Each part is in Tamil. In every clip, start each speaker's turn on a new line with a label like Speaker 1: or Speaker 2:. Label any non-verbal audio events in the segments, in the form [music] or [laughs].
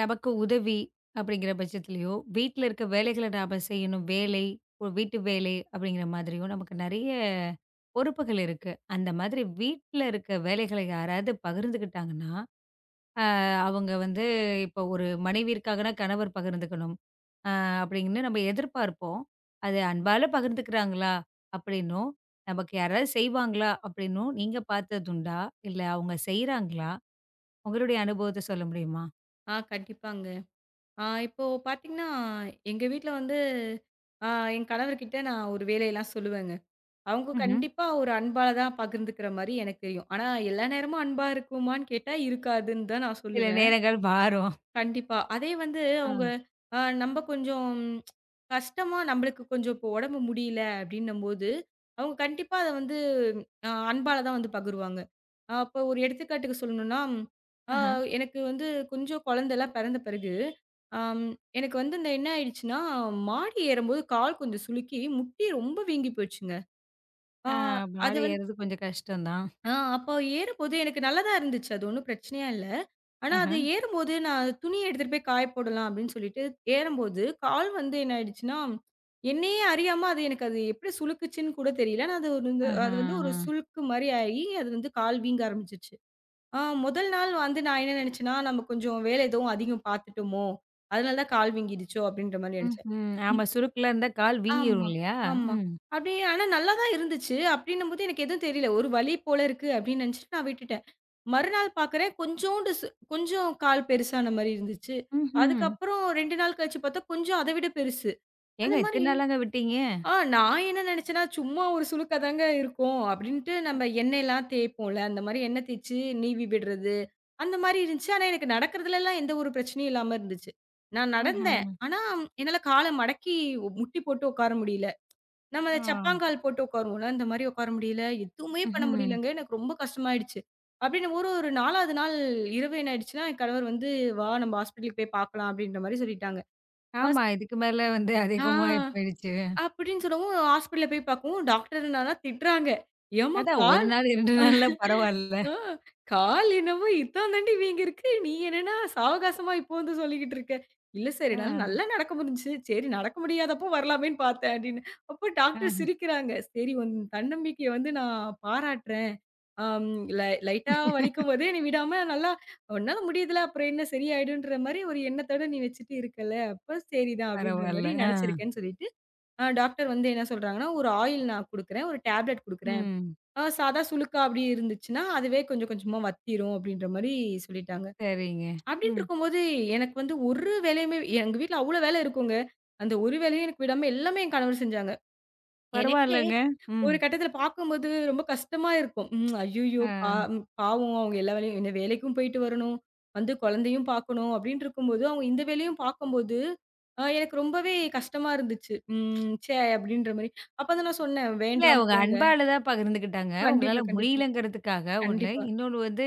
Speaker 1: நமக்கு உதவி அப்படிங்கிற பட்சத்துலயோ, வீட்ல இருக்க வேலைகள நாம செய்யணும். வேலை, ஒரு வீட்டு வேலை அப்படிங்கிற மாதிரியும் நமக்கு நெறைய பொறுப்புகள் இருக்கு. அந்த மாதிரி வீட்ல இருக்க வேலைகள யாராவது பகிர்ந்துக்கிட்டாங்கன்னா, அவங்க வந்து இப்போ ஒரு மனைவி இருக்காங்கன்னா, கணவர் பகிர்ந்துக்கணும். அ அப்படின்னு நம்ம எதிர்பார்ப்போம். அது அன்பால பகிர்ந்துக்கிறாங்களா? அப்படின்னும், நமக்கு யாராவது செய்வாங்களா? அப்படின்னும் நீங்க பார்த்ததுண்டா? இல்ல அவங்க செய்றாங்களா? உங்களுடைய அனுபவத்த சொல்ல முடியுமா?
Speaker 2: கண்டிப்பாங்க. இப்போ பார்த்தீங்கன்னா, எங்க வீட்ல வந்து ஆ என் கணவர்கிட்ட நான் ஒரு வேலையெல்லாம் சொல்லுவேங்க. அவங்க
Speaker 1: ம்ஹ்ம்.
Speaker 2: கண்டிப்பா ஒரு அன்பால தான் பகிர்ந்துக்கிற மாரி எனக்கு தெரியும். ஆனா எல்லா நேரமும் அன்பா இருக்குமான்னு கேட்டா இருக்காதுன்னு தான் நான்
Speaker 1: சில
Speaker 2: சொல்லுவேன்.
Speaker 1: நேரங்கள் மாறும்.
Speaker 2: கண்டிப்பா. அதே வந்து
Speaker 1: ஆ.
Speaker 2: அவங்க நம்ப கொஞ்சம் கஷ்டமா நம்பளுக்கு கொஞ்சம் இப்போ உடம்பு முடியல அப்டின்னும்போது, அவங்க கண்டிப்பா அத வந்து அன்பால தான் வந்து பகிருவாங்க. அப்போ ஒரு எடுத்துக்காட்டுக்கு சொல்லணும்னா, அ
Speaker 1: ஆஹ.
Speaker 2: எனக்கு வந்து கொஞ்சம் குழந்தைலாம் பிறந்த பிறகு, அம் எனக்கு வந்து இந்த என்ன ஆயிடுச்சுன்னா, மாடி ஏறும்போது கால் கொஞ்சம் சுளுக்கி முட்டி ரொம்ப வீங்கி போயிடுச்சுங்க. அ
Speaker 1: ஆ மாட
Speaker 2: அது
Speaker 1: ஏறது கொஞ்சம் கஷ்டம் தான்.
Speaker 2: ஆ அப்போ ஏறும்போது எனக்கு நல்லா தான் இருந்துச்சு. அது ஒண்ணும் பிரச்சனையா இல்ல. ஆனா
Speaker 1: ஆஹ.
Speaker 2: அது ஏறும்போது நான் துணிய எடுத்துட்டு போய் காய போடலாம் அப்படின்னு சொல்லிட்டு ஏறும்போது, கால் வந்து என்ன ஆயிடுச்சுன்னா, என்னையே அறியாம அது எனக்கு அது எப்படி சுளுக்குச்சுன்னு கூட தெரியல. ஆனா அது ஒரு வந்து
Speaker 1: ஆஹ.
Speaker 2: அது வந்து ஒரு சுளுக்கு மாரி ஆயி, அது வந்து கால் வீங்க ஆரம்பிச்சுச்சு. ஆ முதல் நாள் வந்து நான் என்ன நினைச்சேன்னா, நம்ம கொஞ்சம் வேலை எதுவும் அதிகம் பார்த்துட்டோமோ! அதனால தான் கால் வீங்கிடுச்சோ! அப்படின்ற மாரி நெனச்சேன்.
Speaker 1: ம்ஹ்ம். ஆமா சுருக்குலாம் இருந்தா கால் வீங்கிரும்
Speaker 2: ஆமா,
Speaker 1: இல்லையா?
Speaker 2: ஆமா.
Speaker 1: ம்.
Speaker 2: அப்படி ஆனா நல்லா தான் இருந்துச்சு. அப்படின்னும்போது எனக்கு எதுவும் தெரியல. ஒரு வலி போல இருக்கு அப்படின்னு நினைச்சுட்டு நான் விட்டுட்டேன். மறுநாள் பார்க்குறேன் கொஞ்சோண்டு சு கொஞ்சம் கால் பெருசான மாரி இருந்துச்சு.
Speaker 1: ம்ஹ்ம்.
Speaker 2: அதுக்கப்புறம் 2 நாள் கழிச்சு பார்த்தா கொஞ்சம் அத விட பெருசு.
Speaker 1: ஏங்க
Speaker 2: அந்த மாரி
Speaker 1: இத்தன நாளாங்க விட்டீங்க?
Speaker 2: நான் என்ன நினைச்சேன்னா, சும்மா ஒரு சுளுக்கா தாங்க இருக்கும் அப்படின்ட்டு நம்ம எண்ணெய்லாம் தேய்ப்போம்ல, அந்த மாரி எண்ணெய் தேய்ச்சு நீவி விடுறது, அந்த மாரி இருந்துச்சு. ஆனா எனக்கு நடக்கிறதுலலாம் எந்த ஒரு பிரச்சனையும் இல்லாம இருந்துச்சு. நான்
Speaker 1: ஆஹ.
Speaker 2: நடந்தேன். ஆனா என்னால கால மடக்கி முட்டி போட்டு உட்கார முடியல. நம்ம
Speaker 1: ஆ.
Speaker 2: அந்த சப்பாங்கால் போட்டு உட்காருவோம்ல, இந்த மாரி உட்கார முடியல. எதுவுமே பண்ண
Speaker 1: ம்ஹ்ம்.
Speaker 2: முடியலங்க. எனக்கு ரொம்ப கஷ்டமாயிடுச்சு. அப்படின்னு ஒரு ஒரு 4வது நாள் இரவு என்ன ஆயிடுச்சுன்னா, என் கணவர் வந்து, "வா நம்ம ஹாஸ்பிட்டலுக்கு போய் பார்க்கலாம்" அப்படின்ற மாரி சொல்லிட்டாங்க. ஹாஸ்
Speaker 1: ஆமா. இதுக்கு மேல வந்து
Speaker 2: ஆ
Speaker 1: அதிகமா போயிடுச்சு.
Speaker 2: அப்படின்னு சொல்லவும் ஹாஸ்பிட்டல்ல போய் பார்க்கவும் டாக்டர் என்னன்னா திட்டுறாங்க. "ஏம்மா
Speaker 1: அதான் 1
Speaker 2: கால்
Speaker 1: நாள் 2 நாள்ல பரவால்ல.
Speaker 2: ஆ கால் என்னவோ இத்தான் தாண்டி வீங்கிருக்கு. நீ என்னன்னா சாவகாசமா இப்போ வந்து சொல்லிக்கிட்டு இருக்க. இல்ல சார், என்னால
Speaker 1: ஆ.
Speaker 2: நல்லா நடக்க முடிஞ்சுச்சு. சரி நடக்க முடியாதப்போ வரலாமேன்னு பார்த்தேன்" அப்படின்னு. அப்போ
Speaker 1: ஆ.
Speaker 2: டாக்டர் சிரிக்கிறாங்க. சரி உன் தன்னம்பிக்கைய வந்து நான் பாராட்டுறேன். அம் லை லைட்டா வலிக்கும்போதே நீ விடாம நல்லா உன்னால முடியுதுல அப்புறம் என்ன சரியாயிடும்ன்ற மாரி ஒரு எண்ணத்தோட நீ வச்சுட்டு இருக்கல. அப்ப சரிதான் அப்படின்ற
Speaker 1: பரவால்ல.
Speaker 2: மாரி
Speaker 1: ஆ.
Speaker 2: நினைச்சிருக்கேன்னு சொல்லிட்டு, டாக்டர் வந்து என்ன சொல்றாங்கன்னா, ஒரு ஆயில் நான் குடுக்குறேன். ஒரு டேப்லெட் குடுக்குறேன்.
Speaker 1: ம்.
Speaker 2: சாதா சுளுக்கா அப்படி இருந்துச்சுன்னா, அதுவே கொஞ்சம் கொஞ்சமா வத்திரும் அப்படின்ற மாரி சொல்லிட்டாங்க.
Speaker 1: சரிங்க.
Speaker 2: அப்படின்னு
Speaker 1: ம்.
Speaker 2: இருக்கும்போது, எனக்கு வந்து ஒரு வேலையுமே எங்க வீட்ல அவ்வளோ வேலை இருக்குங்க. அந்த ஒரு வேலையும் எனக்கு விடாம எல்லாமே என் கணவர் செஞ்சாங்க. எனக்கே
Speaker 1: பரவால்லங்க. ம்.
Speaker 2: ஒரு கட்டத்தில பார்க்கும்போது ரொம்ப கஷ்டமா இருக்கும். ம் ஐய்யய்யோ!
Speaker 1: ஆ.
Speaker 2: பாவம் அவங்க எல்லா வேலையும் இந்த வேலைக்கும் போயிட்டு வரணும், வந்து குழந்தையும் பார்க்கணும் அப்படின்னு இருக்கும்போது, அவங்க இந்த வேலையும் பார்க்கும்போது, எனக்கு ரொம்பவே கஷ்டமா இருந்துச்சு. ம் ச்சே! அப்படின்ற மாரி. அப்ப தான் நான் சொன்னேன்,
Speaker 1: இல்ல
Speaker 2: "வேண்டாம்
Speaker 1: அவங்க
Speaker 2: போங்க."
Speaker 1: அன்பால தான் பகிர்ந்துக்கிட்டாங்க. உங்களால
Speaker 2: கண்டிப்பா, கண்டிப்பா,
Speaker 1: முடியலங்கிறதுக்காக ஒண்ணு.
Speaker 2: கண்டிப்பா.
Speaker 1: இன்னொன்னு வந்து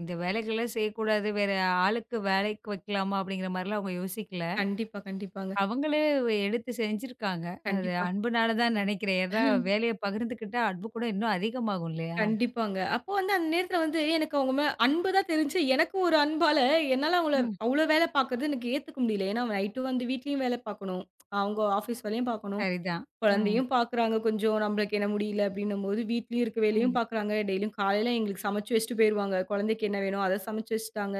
Speaker 1: இந்த வேலைகள்லாம் செய்யக்கூடாது. வேற ஆளுக்கு வேலைக்கு வைக்கலாமா? அப்படிங்கிற மாரிலாம் அவங்க யோசிக்கல.
Speaker 2: கண்டிப்பா, கண்டிப்பாங்க.
Speaker 1: அவங்களே எடுத்து செஞ்சிருக்காங்க. அது
Speaker 2: கண்டிப்பா,
Speaker 1: அன்புனால தான் நெனைக்கிறேன். ஏன்னா வேலைய பகிர்ந்துக்கிட்டா அன்பு கூட இன்னும் அதிகமாகும் இல்லையா?
Speaker 2: கண்டிப்பாங்க. அப்போ வந்து அந்த நேரத்துல வந்து எனக்கு அவங்க மேல அன்பு தான் தெரிஞ்சுச்சு. எனக்கும் ஒரு அன்பால என்னால அவங்கள
Speaker 1: ம்.
Speaker 2: அவ்ளோ வேலை பாக்குறது எனக்கு ஏத்துக்க முடியல. ஏன்னா நைட்டு வந்து வீட்லயும் வேலை பாக்கணும். அவங்க ஆஃபீஸ் வேலையும் பாக்கணும்.
Speaker 1: சரிதான். ம்.
Speaker 2: குழந்தையும் பாக்குறாங்க கொஞ்சம். நம்மளுக்கு என்ன முடியல அப்படின்னும்போது வீட்லயும் இருக்க வேலையும்
Speaker 1: ம்.
Speaker 2: பாக்குறாங்க. டெய்லியும் காலையில எங்களுக்கு சமைச்சு வச்சுட்டு போயிருவாங்க. குழந்தைக்கு என்ன வேணும் அத சமைச்சு வச்சுட்டாங்க.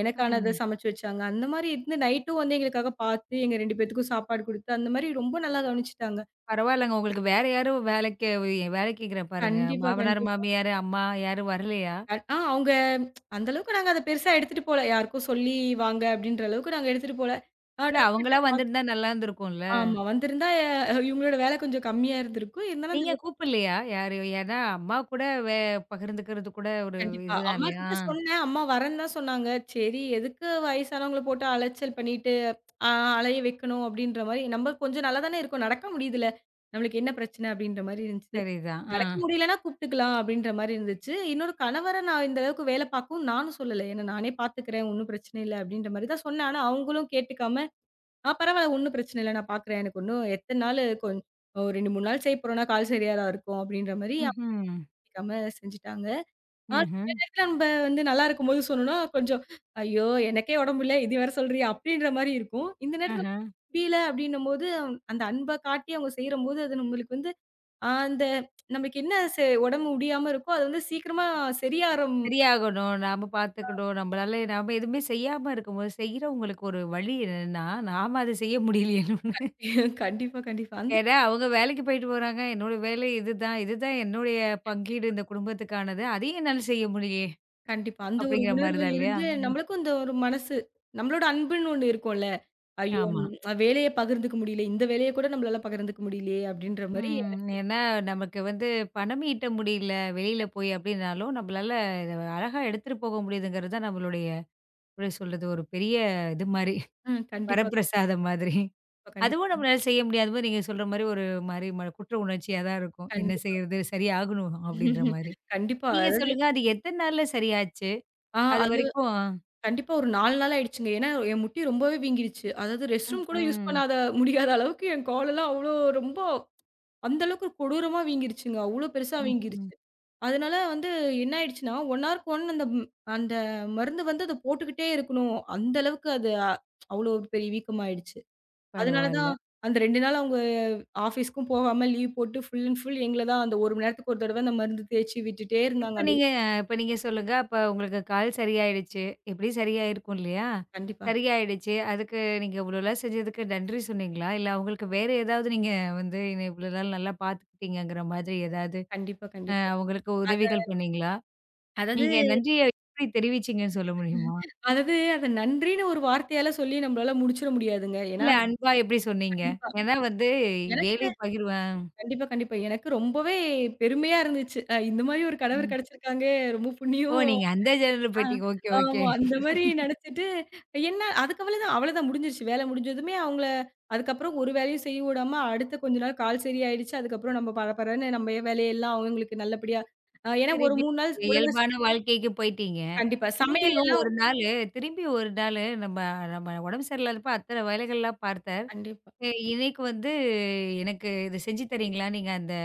Speaker 2: எனக்கானத
Speaker 1: ம்.
Speaker 2: சமைச்சு வச்சாங்க. அந்த மாரி இருந்து நைட்டும் வந்து எங்களுக்காக பாத்து, எங்க 2 பேத்துக்கும் சாப்பாடு குடுத்து அந்த மாரி ரொம்ப நல்லா கவனிச்சுட்டாங்க.
Speaker 1: பரவாயில்லங்க. உங்களுக்கு வேற யாரும் வேலைக்கு வேலைக்கு கேட்கிறேன் பாருங்க.
Speaker 2: கண்டிப்பா,
Speaker 1: மாமனார்,
Speaker 2: கண்டிப்பா.
Speaker 1: மாமியார், அம்மா யாரும் வரலையா?
Speaker 2: அ ஆ அவங்க அந்த அளவுக்கு நாங்க அத பெருசா எடுத்துட்டு போல. யாருக்கும் சொல்லி வாங்க அப்படின்ற அளவுக்கு நாங்க எடுத்துட்டு போல. ஆ
Speaker 1: இல்ல
Speaker 2: டாக்டர்ட்ட
Speaker 1: அவங்களா வந்திருந்தா
Speaker 2: பாத்
Speaker 1: நல்லா இருந்திருக்கும்ல?
Speaker 2: ஆமா. வந்திருந்தா இவங்களோட வேலை கொஞ்சம் கம்மியா இருந்திருக்கும். இருந்தாலும் அந்த
Speaker 1: நீங்க
Speaker 2: வேலை
Speaker 1: கூப்பிடலையா? யாரு ஏன்னா அம்மா கூட வே பகிர்ந்துக்கிறது கூட ஒரு
Speaker 2: கண்டிப்பா.
Speaker 1: இதுதான் இல்லையா?
Speaker 2: அம்மாகிட்ட சொன்னேன். அம்மா வரேன்னு தான் சொன்னாங்க. சரி எதுக்கு வயசானவங்கள போட்டு அலைச்சல் பண்ணிட்டு அ அலைய வைக்கணும் அப்படின்ற மாரி. நம்ம கொஞ்சம் நல்லா தானே இருக்கோம். நடக்க முடியுதுல்ல. நம்மளுக்கு என்ன பிரச்சனை அப்படின்ற மாரி இருந்துச்சு.
Speaker 1: சரிதான். ஆ.
Speaker 2: நடக்க முடியலன்னா கூப்பிட்டுக்கலாம் அப்படின்ற மாரி இருந்துச்சு. இன்னொரு கணவர நான் இந்த அளவுக்கு வேல பார்க்கவும் நானும் சொல்லல. ஏன்னா நானே பார்த்துக்கிறேன். ஒண்ணும் பிரச்சனை இல்ல அப்படின்ற மாரி தான் சொன்னேன். ஆனா அவங்களும் கேட்டுக்காம, பரவால்ல ஒண்ணும் பிரச்சனை இல்ல நான் பார்க்குறேன். எனக்கு இன்னும் எத்தன நாளு கொஞ் ஒரு 2, 3 நாள் செய்ய போறோம்னா கால் சரியா தான் இருக்கும் அப்படின்ற மாரி
Speaker 1: ம்ஹ்ம்.
Speaker 2: கேட்காம செஞ்சுட்டாங்க. சில
Speaker 1: ம்ஹ்ம்.
Speaker 2: நேரத்துல நம்ப வந்து நல்லா இருக்கும்போது சொன்னோம்னா கொஞ்சம், ஐயோ! எனக்கே உடம்பில்ல இது வேற சொல்றியா? அப்படின்ற மாரி இருக்கும். இந்த நேரத்துல
Speaker 1: ஆஹா.
Speaker 2: முடியல அப்படின்னும்போது அந்த அன்ப காட்டி அவங்க செய்றம்போது அது நம்மளுக்கு வந்து ஆ அந்த நமக்கு என்ன செ உடம்பு முடியாம இருக்கோ, அது வந்து சீக்கிரமா சரியாற
Speaker 1: சரியாகணும். நாம பார்த்துக்கணும். நம்மளால நாம எதுவுமே செய்யாம இருக்கும்போது, செய்றவங்களுக்கு ஒரு வழி என்னன்னா, நாம அத செய்ய முடியலையேன்னு ஒண்ணு.
Speaker 2: [laughs] கண்டிப்பா, கண்டிப்பா. அந்த
Speaker 1: ஏன்னா அவங்க வேலைக்கு போயிட்டு போறாங்க. என்னோட வேலை இதுதான். இதுதான் என்னுடைய பங்கீடு இந்த குடும்பத்துக்கானது. அதையும் என்னால செய்ய முடியலையே!
Speaker 2: கண்டிப்பா. அந்த ஒரு
Speaker 1: அப்படிங்கிற மாரி
Speaker 2: உணர்வு
Speaker 1: தான் இல்லையா?
Speaker 2: இருந்து
Speaker 1: ம்.
Speaker 2: நம்மளுக்கும் இந்த ஒரு மனசு நம்மளோட அன்புன்னு ஒண்ணு இருக்கும்ல. ஐயோ!
Speaker 1: ஆமா.
Speaker 2: வேலைய பகிர்ந்துக்க முடியல. இந்த வேலைய கூட நம்மளால பகிர்ந்துக்க முடியலையே அப்படின்ற மாரி
Speaker 1: ம்.
Speaker 2: எனக்கு
Speaker 1: ஏன்னா நமக்கு வந்து பணம் ஈட்ட முடியல, வெளியில போய் அப்படின்னாலும், நம்மளால இத அழகா எடுத்துட்டு போக முடியுதுங்கிறது தான் நம்மளுடைய எப்படி சொல்றது? ஒரு பெரிய இது மாரி.
Speaker 2: ம். கண்டிப்பா,
Speaker 1: வரப்பிரசாதம் மாதிரி.
Speaker 2: கண்டிப்பா,
Speaker 1: அதுவும்
Speaker 2: கண்டிப்பா.
Speaker 1: நம்மளால செய்ய முடியாதபோது நீங்க சொல்ற மாரி ஒரு மாரி ம குற்ற உணர்ச்சியா தான் இருக்கும். என்ன
Speaker 2: கண்டிப்பா.
Speaker 1: செய்றது? சரியாகணும் அப்படின்ற மாரி.
Speaker 2: [laughs] கண்டிப்பா.
Speaker 1: நீங்க
Speaker 2: அதாவது
Speaker 1: சொல்லுங்க, அது எத்தன நாள்ல சரியாச்சு?
Speaker 2: ஆ அது
Speaker 1: அதுவரைக்கும்
Speaker 2: கண்டிப்பா ஒரு 4 நாள் ஆயிடுச்சுங்க. ஏன்னா என் முட்டி ரொம்பவே வீங்கிடுச்சு. அதாவது ரெஸ்ட் ரூம் கூட யூஸ்
Speaker 1: ம்ஹ்ம்.
Speaker 2: பண்ணாத முடியாத அளவுக்கு என் காலெல்லாம் அவ்ளோ ரொம்ப அந்த அளவுக்கு கொடூரமா வீங்கிருச்சுங்க. அவ்ளோ பெருசா ம்.
Speaker 1: ம்ஹ்ம்.
Speaker 2: வீங்கிருச்சு. அதனால வந்து என்ன ஆயிடுச்சுன்னா, 1 ஹார்க்கு 1 அந்த மருந்து வந்து அத போட்டுக்கிட்டே இருக்கணும். அந்த அளவுக்கு அது அ அவ்ளோ ஒரு பெரிய வீக்கமாயிடுச்சு. அதனால
Speaker 1: பரவால்ல.
Speaker 2: தான் அந்த 2 நாள் அவங்க ஆஃபீஸ்க்கும் போகாம லீவ் போட்டு ஃபுல் அண்ட் ஃபுல் எங்கள தான் அந்த 1 மணி நேரத்துக்கு ஒரு தடவ அந்த மருந்து தேய்ச்சு விட்டுட்டே இருந்தாங்க.
Speaker 1: இப்ப
Speaker 2: அது
Speaker 1: நீங்க இப்ப நீங்க சொல்லுங்க. அப்ப உங்களுக்கு கால் சரியாயிடுச்சு. எப்படியும் சரியாயிருக்கும் இல்லையா?
Speaker 2: கண்டிப்பா,
Speaker 1: சரியாயிடுச்சு. அதுக்கு நீங்க இவ்வளோலாம் செஞ்சதுக்கு நன்றி சொன்னீங்களா? இல்ல அவங்களுக்கு வேற ஏதாவது நீங்க வந்து என்ன இவ்வளோ நாள் நல்லா பார்த்துக்கிட்டீங்கங்கிற மாதிரி ஏதாவது
Speaker 2: கண்டிப்பா, கண்டிப்பா.
Speaker 1: அவங்களுக்கு
Speaker 2: அது
Speaker 1: உதவிகள் பண்ணீங்களா?
Speaker 2: அதாவது
Speaker 1: நீங்க நன்றிய எப்படி தெரிவிச்சீங்கன்னு சொல்ல முடியுமா?
Speaker 2: அதாவது அத நன்றின்னு ஒரு வார்த்தையால சொல்லி நம்மளால முடிச்சிட முடியாதுங்க. ஏன்னா
Speaker 1: இல்ல அன்பா எப்படி சொன்னீங்க?
Speaker 2: கண்டிப்பா.
Speaker 1: ஏன்னா வந்து
Speaker 2: ஏன்னா
Speaker 1: வேலை பகிர்வேன்.
Speaker 2: கண்டிப்பா, கண்டிப்பா. எனக்கு ரொம்பவே பெருமையா இருந்துச்சு. இந்த மாரி ஒரு கணவர்
Speaker 1: ம்.
Speaker 2: கிடைச்சிருக்காங்க. ரொம்ப
Speaker 1: ஓ!
Speaker 2: புண்ணியம்.
Speaker 1: நீங்க அந்த ஜர்னல்
Speaker 2: ஆ.
Speaker 1: போயிட்டீங்க. Okay, okay.
Speaker 2: ஆமா. அந்த மாரி நெனச்சுட்டு, என்ன அதுக்கு அவ்வளதான் அவ்வளதான் முடிஞ்சிருச்சு. வேலை முடிஞ்சதுமே அவங்கள அதுக்கப்புறம் ஒரு வேலையும் செய்ய விடாம, அடுத்த கொஞ்ச நாள் கால் சரியாயிடுச்சு. அதுக்கப்புறம் நம்ம பரபரன்னு நம்ம வேலையெல்லாம் அவங்களுக்கு நல்லபடியா ஏன்னா ஒரு
Speaker 1: திருப்பி
Speaker 2: 3 நாள் ஒழுங்கா
Speaker 1: இயல்பான வாழ்க்கைக்கு போயிட்டீங்க.
Speaker 2: கண்டிப்பா. சமையல்
Speaker 1: திரும்பியும்
Speaker 2: எல்லாம்
Speaker 1: ஒரு நாளு திரும்பி ஒரு நாளு நம்ம நம்ம உடம்பு சரியில்லாதப்ப அத்தனை வேலைகள்லாம் பார்த்தார்.
Speaker 2: கண்டிப்பா.
Speaker 1: அ இன்னைக்கு வந்து எனக்கு இத செஞ்சு தரீங்களா? நீங்க அந்த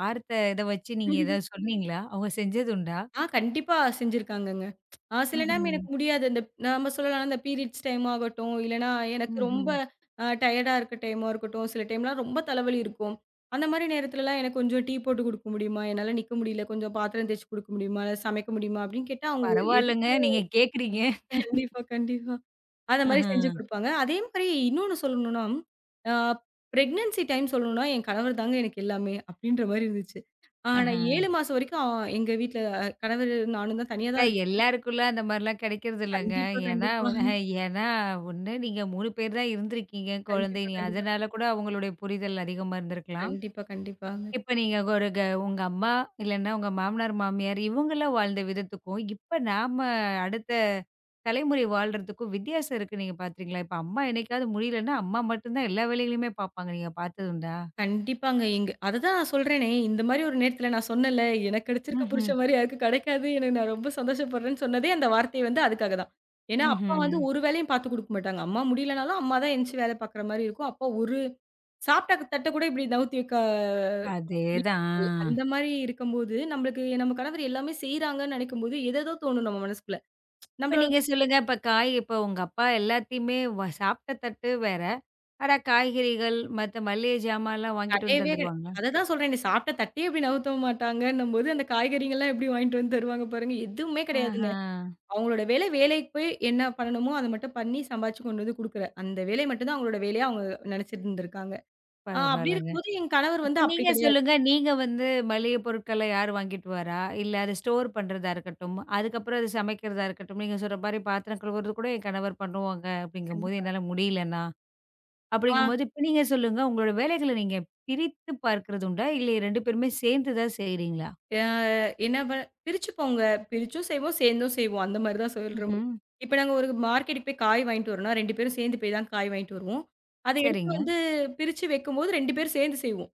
Speaker 1: பார்த்த இத வச்சு நீங்க ஏதாவது சொன்னீங்களா? அவங்க செஞ்சது உண்டா?
Speaker 2: கண்டிப்பா செஞ்சிருக்காங்கங்க. சில நேரம்
Speaker 1: ம்ஹ்ம்.
Speaker 2: எனக்கு முடியாது. இந்த நாம சொல்லலாம் இந்த பீரியட்ஸ் டைம் ஆகட்டும், இல்லன்னா எனக்கு ரொம்ப
Speaker 1: ம்ஹ்ம்.
Speaker 2: டயர்டா இருக்க டைமா இருக்கட்டும், சில டைம்லாம் ரொம்ப தலைவலி இருக்கும். அந்த மாரி நேரத்துலலாம் எனக்கு கொஞ்சம் டீ போட்டு குடுக்க முடியுமா? என்னால நிக்க முடியல. கொஞ்சம் பாத்திரம் தேய்ச்சு குடுக்க முடியுமா? இல்ல சமைக்க முடியுமா? அப்படின்னு கேட்டா அவங்க
Speaker 1: பரவால்லங்க.
Speaker 2: எதுக்குமே
Speaker 1: நீங்க கேட்குறீங்க.
Speaker 2: [laughs] கண்டிப்பா, கண்டிப்பா. அந்த மாரி
Speaker 1: ஆஹா.
Speaker 2: செஞ்சு குடுப்பாங்க. அதே மாரி இன்னொன்னு சொல்லணும்னா, அ பிரெக்னன்சி டைம் சொல்லணும்னா, என் கணவர் தாங்க எனக்கு எல்லாமே அப்படின்ற மாரி இருந்துச்சு.
Speaker 1: ஆஹா.
Speaker 2: நான் 7 மாசம் வரைக்கும் எங்க வீட்ல கணவர் நானும் தான் தனியா
Speaker 1: ஆனா
Speaker 2: தான்
Speaker 1: எல்லாருக்குள்ள அந்த மாரிலாம் கிடைக்கிறது இல்லங்க.
Speaker 2: கண்டிப்பா,
Speaker 1: ஏன்னா
Speaker 2: கண்டிப்பா.
Speaker 1: அ ஏன்னா ஒண்ணு நீங்க 3 பேர் தான் இருந்திருக்கீங்க
Speaker 2: கண்டிப்பா,
Speaker 1: குழந்தைங்க.
Speaker 2: கண்டிப்பா.
Speaker 1: அதனால கூட அவங்களுடைய புரிதல் அதிகமா இருந்திருக்கலாம்.
Speaker 2: கண்டிப்பா, கண்டிப்பாங்க.
Speaker 1: இப்ப நீங்க ஒரு க உங்க அம்மா இல்லன்னா உங்க மாமனார், மாமியார் இவங்கலாம் வாழ்ந்த விதத்துக்கும், இப்ப நாம அடுத்த தலைமுறை வாழ்றதுக்கும் வித்தியாசம் இருக்கு நீங்க பார்க்குறீங்களா? இப்ப அம்மா என்னைக்காவது முடியலன்னா, அம்மா மட்டும் தான் எல்லா வேலைகளையுமே பார்ப்பாங்க. நீங்க பார்த்ததுண்டா?
Speaker 2: கண்டிப்பாங்க. எங்க அததான் நான் சொல்றேனே, இந்த மாரி ஒரு நேரத்துல நான் சொன்னேன்ல, எனக்கு கிடைச்சிருக்க
Speaker 1: ம்ஹ்ம்.
Speaker 2: புருஷன் மாரி யாருக்கும் கிடைக்காது. எனக்கு நான் ரொம்ப சந்தோஷப்படுறேன்னு சொன்னதே அந்த வார்த்தை வந்து அதுக்காக தான். ஏன்னா, அப்பா வந்து
Speaker 1: ம்ஹ்ம்.
Speaker 2: ஒரு வேலையும் பார்த்து குடுக்க மாட்டாங்க. அம்மா முடியலனாலும் அம்மா தான் எந்திச்சு வேலை பார்க்குற மாரி இருக்கும். அப்பா ஒரு சாப்பிட்ட தட்ட கூட இப்படி நவுத்தி வைக்க முடியாது.
Speaker 1: அதேதான். ஆ.
Speaker 2: அந்த மாரி இருக்கும்போது, நம்மளுக்கு நம்ம கணவர் எல்லாமே செய்றாங்கன்னு நினைக்கும்போது, ஏதேதோ தோணும் நம்ம மனசுக்குள்ள.
Speaker 1: இப்ப
Speaker 2: நம்மள
Speaker 1: நீங்க சொல்லுங்க, இப்ப காய் இப்ப உங்க அப்பா எல்லாத்தையுமே வ சாப்ட்ட தட்டு வேற. ஆனா காய்கறிகள், மத்த மளிகை ஜாமான்லாம் வாங்கிட்டு வந்து
Speaker 2: கடையவே கடை
Speaker 1: தந்துருவாங்களா?
Speaker 2: அததான் சொல்றேனே. சாப்ட்ட தட்டே இப்டி நவுத்த மாட்டாங்கன்னும்போது, அந்த காய்கறிங்கலாம் எப்டி வாங்கிட்டு வந்து தருவாங்க பாருங்க. எதுவுமே கிடையாதுங்க.
Speaker 1: ஆஹா,
Speaker 2: அவங்களோட வேலை வேலைக்கு போய் என்ன பண்ணணுமோ, அத மட்டும் பண்ணி சம்பாரிச்சு கொண்டு வந்து குடுக்குற. அந்த வேலை மட்டும் தான் அவங்களோட வேலையா அவங்க நெனச்சிட்டு இருந்திருக்காங்க. அப்டி
Speaker 1: பரவால்லங்க.
Speaker 2: இருக்கும்போது என் கணவர்
Speaker 1: இப்ப
Speaker 2: வந்து அப்டி
Speaker 1: நீங்க
Speaker 2: கிடையாது.
Speaker 1: சொல்லுங்க. நீங்க வந்து மளிகை பொருட்கள யார் வாங்கிட்டு வரா? இல்ல அத ஸ்டோர் பண்றதா இருக்கட்டும், அதுக்கப்புறம் அது சமைக்கிறதா இருக்கட்டும், நீங்க சொல்ற மாரி பாத்திரம் கழுவுறது கூட என் கணவர் பண்ணுவாங்க அப்படிங்கும்போது
Speaker 2: கண்டிப்பா.
Speaker 1: என்னால முடியலன்னா,
Speaker 2: ஆ
Speaker 1: அப்படிங்கும்போது இப்ப நீங்க சொல்லுங்க, உங்களோட வேலைகள நீங்க பிரித்து பார்க்கிறது உண்டா? இல்ல 2 பேருமே சேர்ந்து தான் செய்றீங்களா?
Speaker 2: அ என்ன ப பிரிச்சுப்போங்க. பிரிச்சும் செய்வோம், சேர்ந்தும் செய்வோம். அந்த மாரி தான் சொல்ற முடியும்.
Speaker 1: ம்ஹ்ம்.
Speaker 2: இப்ப நாங்க ஒரு மார்க்கெட்டுக்கு போய் காய் வாங்கிட்டு வரோம்னா, 2 பேரும் சேர்ந்து போய் தான் காய் வாங்கிட்டு வருவோம். அத எடுத்து
Speaker 1: சரிங்க.
Speaker 2: வந்து பிரிச்சு வைக்கும்போது 2 பேரும் சேர்ந்து செய்வோம்.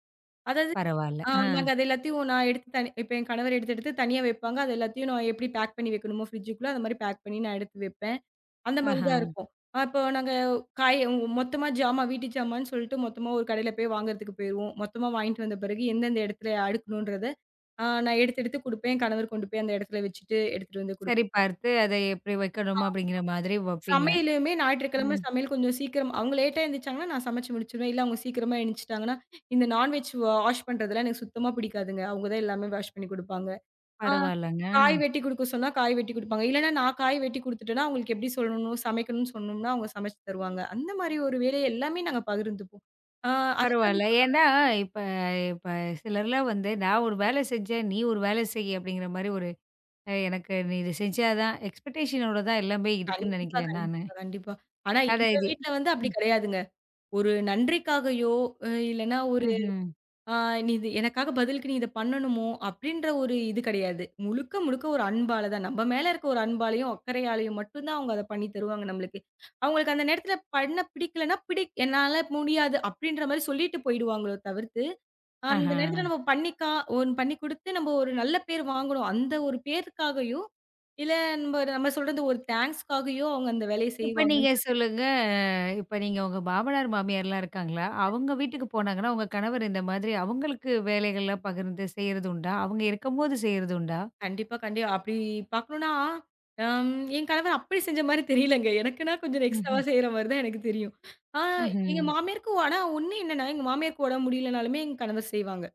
Speaker 2: அதாவது
Speaker 1: பரவால்ல. ஆ.
Speaker 2: நாங்க அது எல்லாத்தையும் நான் எடுத்து தனி இப்ப என் கணவர் எடுத்து எடுத்து தனியா வைப்பாங்க. அது எல்லாத்தையும் நான் எப்படி பேக் பண்ணி வைக்கணுமோ ஃப்ரிட்ஜுக்குள்ள, அந்த மாரி பேக் பண்ணி நான் எடுத்து வைப்பேன். அந்த மாரி
Speaker 1: ஆஹா.
Speaker 2: தான் இருக்கும். அப்போ நாங்க காய் உ மொத்தமா ஜாமான் வீட்டு ஜாமான்னு சொல்லிட்டு மொத்தமா ஒரு கடையில போய் வாங்குறதுக்கு போயிருவோம். மொத்தமா வாங்கிட்டு வந்த பிறகு எந்தெந்த இடத்துல அடுக்கணுன்றத, நான் எடுத்து எடுத்து குடுப்பேன். கணவர் கொண்டு போய் அந்த இடத்துல வச்சுட்டு எடுத்துட்டு வந்து
Speaker 1: சரி
Speaker 2: குடுப்பேன்.
Speaker 1: பார்த்து, அத எப்படி வைக்கணுமா அப்படிங்கிற மாதிரி வப்பீங்க.
Speaker 2: சமையலுமே ஞாயிற்றுக்கிழமை
Speaker 1: ம்.
Speaker 2: சமையல் கொஞ்சம் சீக்கிரம் அவங்க லேட்டா எழுந்திரிச்சாங்கன்னா, நான் சமைச்சு முடிச்சுருவேன். இல்ல அவங்க சீக்கிரமா எழுந்திரிச்சுட்டாங்கன்னா, இந்த நான்வெஜ் வாஷ் பண்றதெல்லாம் எனக்கு சுத்தமா பிடிக்காதுங்க. அவங்க தான் எல்லாமே வாஷ் பண்ணி குடுப்பாங்க. ஆ.
Speaker 1: பரவால்லங்க. ஆ.
Speaker 2: காய் வெட்டி குடுக்க சொன்னா, காய் வெட்டி குடுப்பாங்க. இல்லன்னா, நான் காய் வெட்டி குடுத்துட்டேன்னா, அவங்களுக்கு எப்படி சொல்லணும், சமைக்கணும்னு சொன்னோம்னா, அவங்க சமைச்சு தருவாங்க. அந்த மாரி ஒரு வேலைய எல்லாமே நாங்க பகிர்ந்துப்போம். ஆ அதுதான்
Speaker 1: பரவால்ல. ஏன்னா, இப்ப இப்ப சிலர்லாம் வந்து, "நான் ஒரு வேலை செஞ்சேன், நீ ஒரு வேலை செய்" அப்படிங்கிற மாரி ஒரு எனக்கு நீ இது செஞ்சா தான் எக்ஸ்பெக்டேஷனோட தான் எல்லாமே இருக்குன்னு
Speaker 2: கண்டிப்பா,
Speaker 1: நெனைக்கிறேன் நானு.
Speaker 2: கண்டிப்பா, கண்டிப்பா. ஆனா
Speaker 1: அட
Speaker 2: எங்க
Speaker 1: இது
Speaker 2: வீட்ல வந்து அப்படி
Speaker 1: ம்.
Speaker 2: கிடையாதுங்க. ஒரு நன்றிக்காகயோ, அ இல்லன்னா ஒரு
Speaker 1: ம்ஹ்ம்.
Speaker 2: ஆ நீ இது எனக்காக பதிலுக்கு நீ இத பண்ணணுமோ! அப்பிடின்ற ஒரு இது கிடையாது. முழுக்க, முழுக்க ஒரு அன்பால தான். நம்ம மேல இருக்க ஒரு அன்பாலயும், அக்கறையாலயும் மட்டும் தான் அவுங்க அத பண்ணி தருவாங்க நம்மளுக்கு. அவுங்களுக்கு அந்த நேரத்தில பண்ண பிடிக்கலன்னா, என்னால முடியாது அப்பிடின்றமாரி சொல்லிட்டு போயிடுவாங்களோ தவிர்த்து, அந்த
Speaker 1: ஆஹா.
Speaker 2: நேரத்தில நம்ம பண்ணிக்கா ஒன் பண்ணி குடுத்து நம்ம ஒரு நல்ல பேர் வாங்கணும். அந்த ஒரு பேருக்காகயோ! இல்ல நம்ம நம்ம சொல்றது ஒரு தேங்க்ஸ்க்காகயோ! அவுங்க அந்த வேலைய
Speaker 1: இப்ப நீங்க
Speaker 2: செய்வாங்கன்னு
Speaker 1: சொல்லுங்க, இப்ப நீங்க உங்க மாமனார், மாமியார்லாம் இருக்காங்களா? அவங்க வீட்டுக்கு போனாங்கன்னா, உங்க கணவர் இந்த மாதிரி அவங்களுக்கு வேலைகள்லாம் பகிர்ந்து செய்றது உண்டா? அவங்க இருக்கும்போது செய்றது உண்டா?
Speaker 2: கண்டிப்பா, கண்டி அப்படி பார்க்கணும்னா, என் கணவர் அப்படி செஞ்ச மாரி தெரியலங்க. எனக்குன்னா கொஞ்சம் எக்ஸ்ட்ராவா
Speaker 1: ம்ஹ்ம்.
Speaker 2: செய்ற மாரி தான் எனக்கு தெரியும். ஆ
Speaker 1: ம்ஹ்ம்.
Speaker 2: எங்க மாமியாருக்கு ஆனா ஒண்ணு என்னன்னா, எங்க மாமியாருக்கு உடம்பு முடியலனாலுமே எங்க கணவர் செய்வாங்க.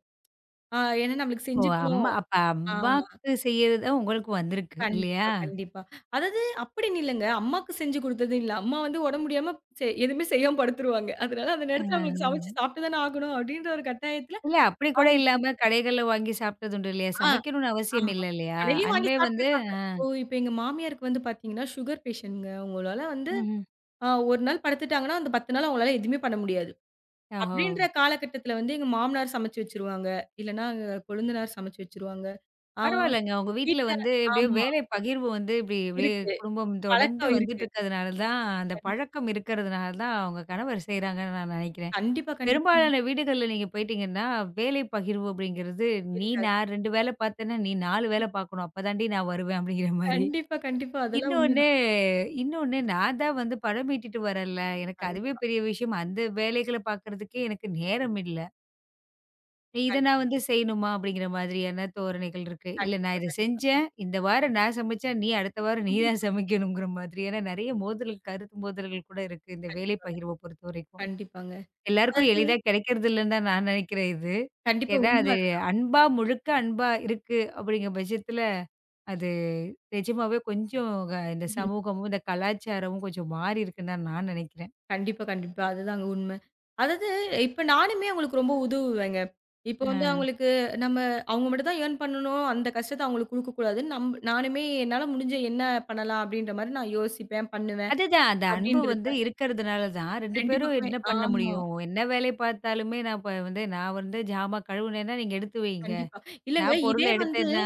Speaker 2: ஏன்னா நம்மளுக்கு
Speaker 1: ஓ! அம்மா
Speaker 2: செஞ்சுக்கணும்.
Speaker 1: அப்ப
Speaker 2: ஆ
Speaker 1: அம்மாக்கு செய்யறது தான் உங்களுக்கு வந்திருக்கு இல்லையா?
Speaker 2: கண்டிப்பா, கண்டிப்பா. அதாவது அப்படின்னு இல்லங்க. அம்மாக்கு செஞ்சு குடுத்தது இல்ல. அம்மா வந்து உடம்பு முடியாம எதுவுமே செய்யாம படுத்துருவாங்க. அதனால அந்த நேரத்துல
Speaker 1: ஆஹ.
Speaker 2: அவங்களுக்கு சமைச்சு சாப்பிட்டு தானே ஆகணும் அப்படின்ற ஒரு கட்டாயத்துல
Speaker 1: இல்ல அப்படி கூட
Speaker 2: அவங்களுக்கு
Speaker 1: இல்லாம கடைகள்ல வாங்கி சாப்பிட்டது உண்டு இல்லையா?
Speaker 2: ஆ
Speaker 1: சமைக்கணும்னு அவசியம்
Speaker 2: ஆமா.
Speaker 1: இல்ல இல்லையா?
Speaker 2: கடையிலயும் வாங்கி
Speaker 1: அன்பே வந்து
Speaker 2: சாப்பிட்டுருக்காங்க. இப்போ இப்ப எங்க மாமியாருக்கு வந்து பார்த்தீங்கன்னா, சுகர் பேஷண்ட்ங்க. அவங்களால வந்து
Speaker 1: ம்ஹ்ம்.
Speaker 2: ஆ 1 நாள் படுத்துட்டாங்கன்னா, அந்த 10 நாள் அவங்களால எதுவுமே பண்ண முடியாது.
Speaker 1: ஓஹோ!
Speaker 2: அப்படின்ற காலகட்டத்தில வந்து எங்க மாமனார் சமைச்சு வச்சுருவாங்க. இல்லன்னா எங்க கொழுந்தனார் சமைச்சு வச்சுருவாங்க. ஆ
Speaker 1: பரவாயில்லங்க. உங்க வீட்ல
Speaker 2: வீட்ல
Speaker 1: வந்து எப்படியோ
Speaker 2: ஆமா.
Speaker 1: வேலை பகிர்வு வந்து இப்படி இப்படியே
Speaker 2: இருக்கு.
Speaker 1: குடும்பம் தொடர்ந்து
Speaker 2: பழக்கம்
Speaker 1: வந்துட்டு
Speaker 2: இருக்கு.
Speaker 1: இருக்கிறதுனால தான், அந்த
Speaker 2: கண்
Speaker 1: பழக்கம் இருக்கிறதுனால தான் உங்க கணவர் செய்றாங்கன்னு நான் நினைக்கிறேன்.
Speaker 2: கண்டிப்பா, கண்டிப்பாங்க.
Speaker 1: பெரும்பாலான வீடுகள்ல நீங்க போயிட்டீங்கன்னா, வேலை பகிர்வு அப்படிங்கிறது, "நீ
Speaker 2: இருக்காது.
Speaker 1: நான் 2 வேலை பார்த்தேன்னா, நீ 4 வேலை பார்க்கணும். அப்ப தாண்டி நான் வருவேன்." அப்படிங்கிற மாரி.
Speaker 2: கண்டிப்பா, கண்டிப்பா. அதெல்லாம்
Speaker 1: இன்னொன்னு
Speaker 2: உண்மைதான்.
Speaker 1: இன்னொன்னு நான் தான் வந்து படம் மீட்டிட்டு வரேன்ல. எனக்கு அதுவே
Speaker 2: கண்டிப்பா.
Speaker 1: பெரிய விஷயம். அந்த வேலைகள பார்க்கறதுக்கே எனக்கு நேரம் இல்ல. இத
Speaker 2: கண்
Speaker 1: நான் வந்து செய்யணுமா? அப்படிங்கிற மாதிரியான தோரணைகள் இருக்கு. இல்ல நான்
Speaker 2: கண்டிப்பா,
Speaker 1: இத
Speaker 2: கண்டிப்பா.
Speaker 1: செஞ்சேன். இந்த வாரம் நான் சமைச்சா, நீ அடுத்த வாரம் நீ தான்
Speaker 2: கண்டிப்பா,
Speaker 1: சமைக்கணுங்கிற மாதிரியான நெறைய மோதல் கருத்து மோதல்கள் கூட இருக்கு. இந்த வேலை
Speaker 2: கண்டிப்பா
Speaker 1: பகிர்வ பொறுத்தவரைக்கும்.
Speaker 2: கண்டிப்பாங்க.
Speaker 1: எல்லாருக்கும்
Speaker 2: அது
Speaker 1: எளிதா கிடைக்கிறது இல்லன்னு தான் நான் நினைக்கிறேன் இது.
Speaker 2: கண்டிப்பா
Speaker 1: ஏன்னா
Speaker 2: உண்ம
Speaker 1: அது
Speaker 2: அது.
Speaker 1: அன்பா முழுக்க அன்பா இருக்கு அப்படிங்கிற பட்சத்துல, அது நிஜமாவே கொஞ்சம் க இந்த சமூகமும், இந்த கலாச்சாரமும் கொஞ்சம் மாறி இருக்குன்னு தான் நான் நினைக்கிறேன்.
Speaker 2: கண்டிப்பா, கண்டிப்பா. அதுதாங்க உண்மை. அதாவது இப்ப நானுமே அவங்களுக்கு ரொம்ப உதவுவேங்க. இப்ப
Speaker 1: அ
Speaker 2: வந்து அவங்களுக்கு நம்ம அவங்க மட்டும் தான் ஏர்ன் பண்ணணும். அந்த கஷ்டத்த அவங்களுக்கு குடுக்கக்கூடாதுன்னு நானுமே என்னால முடிஞ்ச என்ன பண்ணலாம் அப்படின்ற மாரி நான் யோசிப்பேன், பண்ணுவேன்.
Speaker 1: அதுதான் அந்த அன்பு
Speaker 2: அப்படின்னு
Speaker 1: வந்து
Speaker 2: இருப்பேன்.
Speaker 1: இருக்கிறதுனால தான் 2
Speaker 2: 2
Speaker 1: பேரும்
Speaker 2: பக்கமே
Speaker 1: என்ன பண்ண
Speaker 2: ஆமா.
Speaker 1: முடியும்? என்ன வேலை பார்த்தாலுமே நான் வந்து ஜாமான் கழுவுனேன்னா நீங்க எடுத்து வைங்க.
Speaker 2: கண்டிப்பா. இல்லங்க
Speaker 1: நான் பொருள
Speaker 2: இதே வந்து
Speaker 1: எடுத்தேன்னா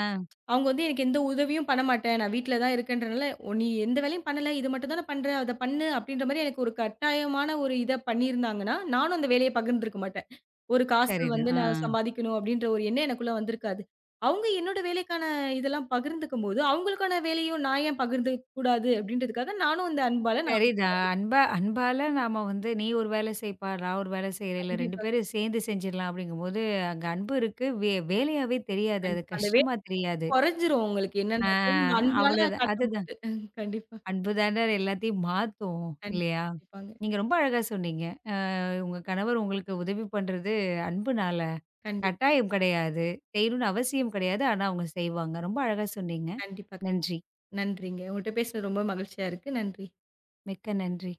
Speaker 2: அவங்க வந்து எனக்கு எந்த உதவியும் பண்ண மாட்டேன். நான் வீட்ல தான் இருக்கேன்றனால, "ஒ நீ எந்த வேலையும் பண்ணல. இது மட்டும் தான பண்ற. அத பண்ணு." அப்படீன்ற மாரி எனக்கு ஒரு கட்டாயமான ஒரு இத பண்ணியிருந்தாங்கன்னா, நானும் அந்த வேலைய பகிர்ந்திருக்க மாட்டேன். ஒரு காசு
Speaker 1: சரிதான்.
Speaker 2: வந்து
Speaker 1: ஆ.
Speaker 2: நான் சம்பாதிக்கணும் அப்படீன்ற ஒரு எண்ணம் எனக்குள்ள வந்திருக்காது. அவங்க என்னோட வேலைக்கான இதெல்லாம் பகிர்ந்துக்கும்போது, அவங்களுக்கான வேலையும் நான் ஏன் பகிர்ந்துக்க கூடாது அப்படீன்றதுக்காக, நானும் அந்த அன்பால நான்
Speaker 1: சரிதான். அன்பா அன்பால நாம வந்து நீ ஒரு வேலை செய்ப்பா, நான் ஒரு வேலை செய்றேன். இல்ல 2
Speaker 2: கண்டிப்பா,
Speaker 1: பேரும் சேர்ந்து செஞ்சிடலாம் அப்படிங்கும்போது, அங்க அன்பு இருக்கு. வே வேலையாவே தெரியாது. அது
Speaker 2: கண்டிப்பா. அந்த வேலை
Speaker 1: கஷ்டமா தெரியாது.
Speaker 2: கொறைஞ்சிரும் உங்களுக்கு.
Speaker 1: ஆ
Speaker 2: என்னன்னா, நம்ம அன்பால
Speaker 1: அவ்வளோதான். அதுதான்.
Speaker 2: காட்டும்போது. கண்டிப்பா,
Speaker 1: அன்பு தானே எல்லாத்தையும் மாத்தும்.
Speaker 2: கண்டிப்பா,
Speaker 1: இல்லையா?
Speaker 2: கண்டிப்பாங்க.
Speaker 1: நீங்க ரொம்ப அழகா சொன்னீங்க. உங்க கணவர் உங்களுக்கு உதவி பண்றது அன்புனால.
Speaker 2: கண்டிப்பா.
Speaker 1: கட்டாயம் கிடையாது. செய்யணும்னு அவசியம் கிடையாது. ஆனா அவங்க செய்வாங்க. ரொம்ப அழகா சொன்னீங்க.
Speaker 2: கண்டிப்பா, கண்டிப்பா.
Speaker 1: நன்றி.
Speaker 2: நன்றிங்க. உங்கட்ட பேசுனது ரொம்ப மகிழ்ச்சியா இருக்கு. நன்றி.
Speaker 1: மிக்க நன்றி.